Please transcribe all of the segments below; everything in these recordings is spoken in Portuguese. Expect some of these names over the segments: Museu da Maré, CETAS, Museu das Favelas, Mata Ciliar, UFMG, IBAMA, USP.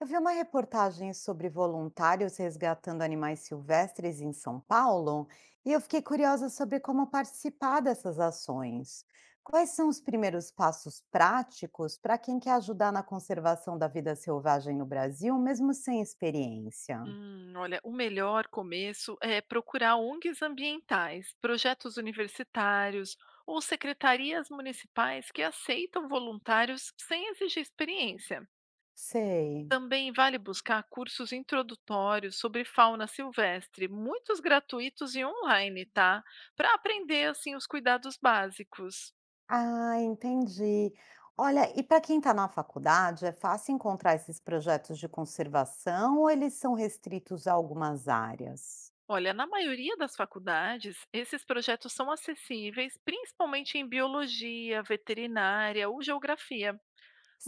Eu vi uma reportagem sobre voluntários resgatando animais silvestres em São Paulo e eu fiquei curiosa sobre como participar dessas ações. Quais são os primeiros passos práticos para quem quer ajudar na conservação da vida selvagem no Brasil, mesmo sem experiência? Olha, o melhor começo é procurar ONGs ambientais, projetos universitários ou secretarias municipais que aceitam voluntários sem exigir experiência. Sei. Também vale buscar cursos introdutórios sobre fauna silvestre, muitos gratuitos e online, tá? Para aprender assim os cuidados básicos. Ah, entendi. Olha, e para quem está na faculdade, é fácil encontrar esses projetos de conservação ou eles são restritos a algumas áreas? Olha, na maioria das faculdades, esses projetos são acessíveis, principalmente em biologia, veterinária ou geografia.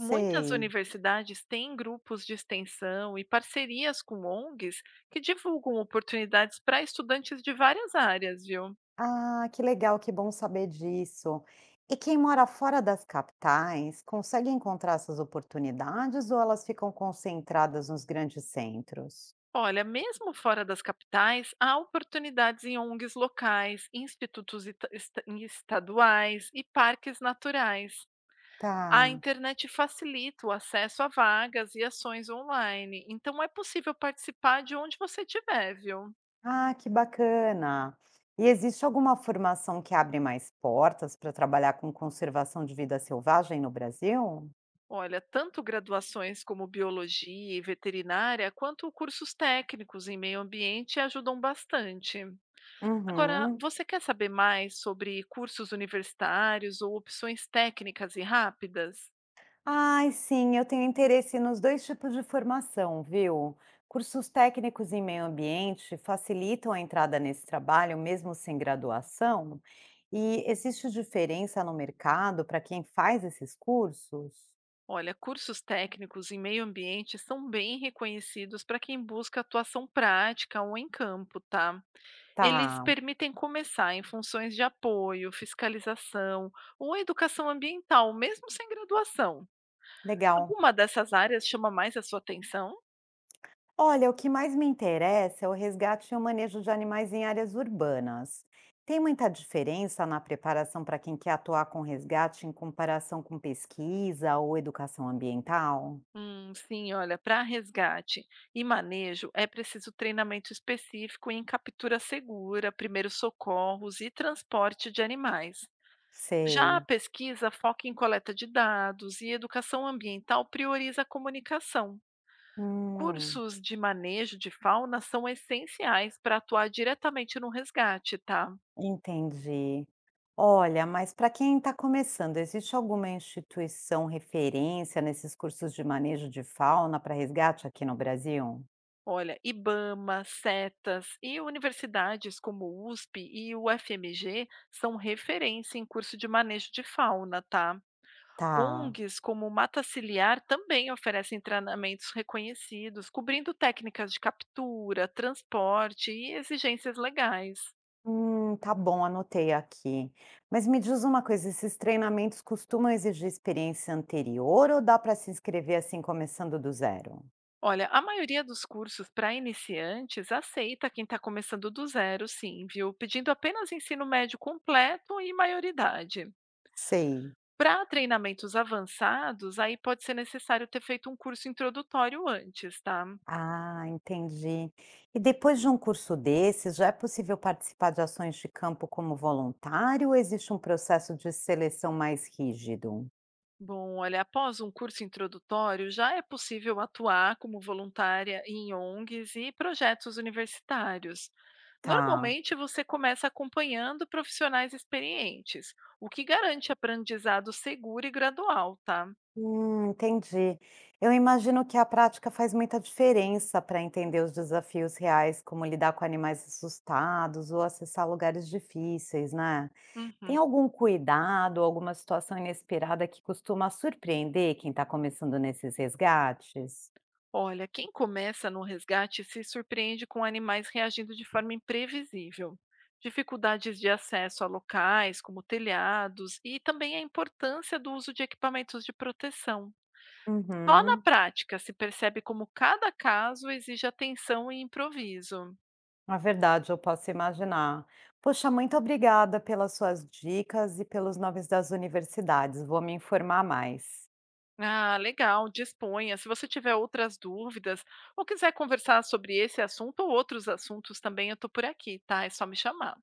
Muitas universidades têm grupos de extensão e parcerias com ONGs que divulgam oportunidades para estudantes de várias áreas, viu? Ah, que legal, que bom saber disso. E quem mora fora das capitais consegue encontrar essas oportunidades ou elas ficam concentradas nos grandes centros? Olha, mesmo fora das capitais, há oportunidades em ONGs locais, institutos em estaduais e parques naturais. A Tá. internet facilita o acesso a vagas e ações online, então é possível participar de onde você estiver, viu? Ah, que bacana. E existe alguma formação que abre mais portas para trabalhar com conservação de vida selvagem no Brasil? Olha, tanto graduações como biologia e veterinária, quanto cursos técnicos em meio ambiente ajudam bastante. Agora, Uhum. você quer saber mais sobre cursos universitários ou opções técnicas e rápidas? Ai, sim, eu tenho interesse nos dois tipos de formação, viu? Cursos técnicos em meio ambiente facilitam a entrada nesse trabalho, mesmo sem graduação? E existe diferença no mercado para quem faz esses cursos? Olha, cursos técnicos em meio ambiente são bem reconhecidos para quem busca atuação prática ou em campo, tá? Eles Tá, permitem começar em funções de apoio, fiscalização ou educação ambiental, mesmo sem graduação. legal. Alguma dessas áreas chama mais a sua atenção? Olha, o que mais me interessa é o resgate e o manejo de animais em áreas urbanas. Tem muita diferença na preparação para quem quer atuar com resgate em comparação com pesquisa ou educação ambiental? Sim, olha, para resgate e manejo é preciso treinamento específico em captura segura, primeiros socorros e transporte de animais. Já a Sei. pesquisa foca em coleta de dados e educação ambiental prioriza a comunicação. Hum, Cursos de manejo de fauna são essenciais para atuar diretamente no resgate, tá? entendi. Olha, mas para quem está começando, existe alguma instituição referência nesses cursos de manejo de fauna para resgate aqui no Brasil? Olha, IBAMA, CETAS e universidades como o USP e o UFMG são referência em curso de manejo de fauna, tá? Tá. ONGs como Mata Ciliar também oferecem treinamentos reconhecidos, cobrindo técnicas de captura, transporte e exigências legais. Tá bom, anotei aqui. Mas me diz uma coisa, esses treinamentos costumam exigir experiência anterior ou dá para se inscrever assim começando do zero? Olha, a maioria dos cursos para iniciantes aceita quem está começando do zero, sim, viu? Pedindo apenas ensino médio completo e maioridade. Sei. Para treinamentos avançados, aí pode ser necessário ter feito um curso introdutório antes, tá? Ah, entendi. E depois de um curso desses, já é possível participar de ações de campo como voluntário ou existe um processo de seleção mais rígido? Bom, olha, após um curso introdutório, já é possível atuar como voluntária em ONGs e projetos universitários. Tá. Normalmente, você começa acompanhando profissionais experientes, o que garante aprendizado seguro e gradual, tá? Entendi. Eu imagino que a prática faz muita diferença para entender os desafios reais, como lidar com animais assustados ou acessar lugares difíceis, né? Tem Uhum. algum cuidado, alguma situação inesperada que costuma surpreender quem está começando nesses resgates? Olha, quem começa no resgate se surpreende com animais reagindo de forma imprevisível. Dificuldades de acesso a locais, como telhados, e também a importância do uso de equipamentos de proteção. Só na Uhum. prática se percebe como cada caso exige atenção e improviso. Na verdade, eu posso imaginar. Poxa, muito obrigada pelas suas dicas e pelos nomes das universidades. Vou me informar mais. Ah, legal, disponha. Se você tiver outras dúvidas ou quiser conversar sobre esse assunto ou outros assuntos também, eu estou por aqui, tá? É só me chamar.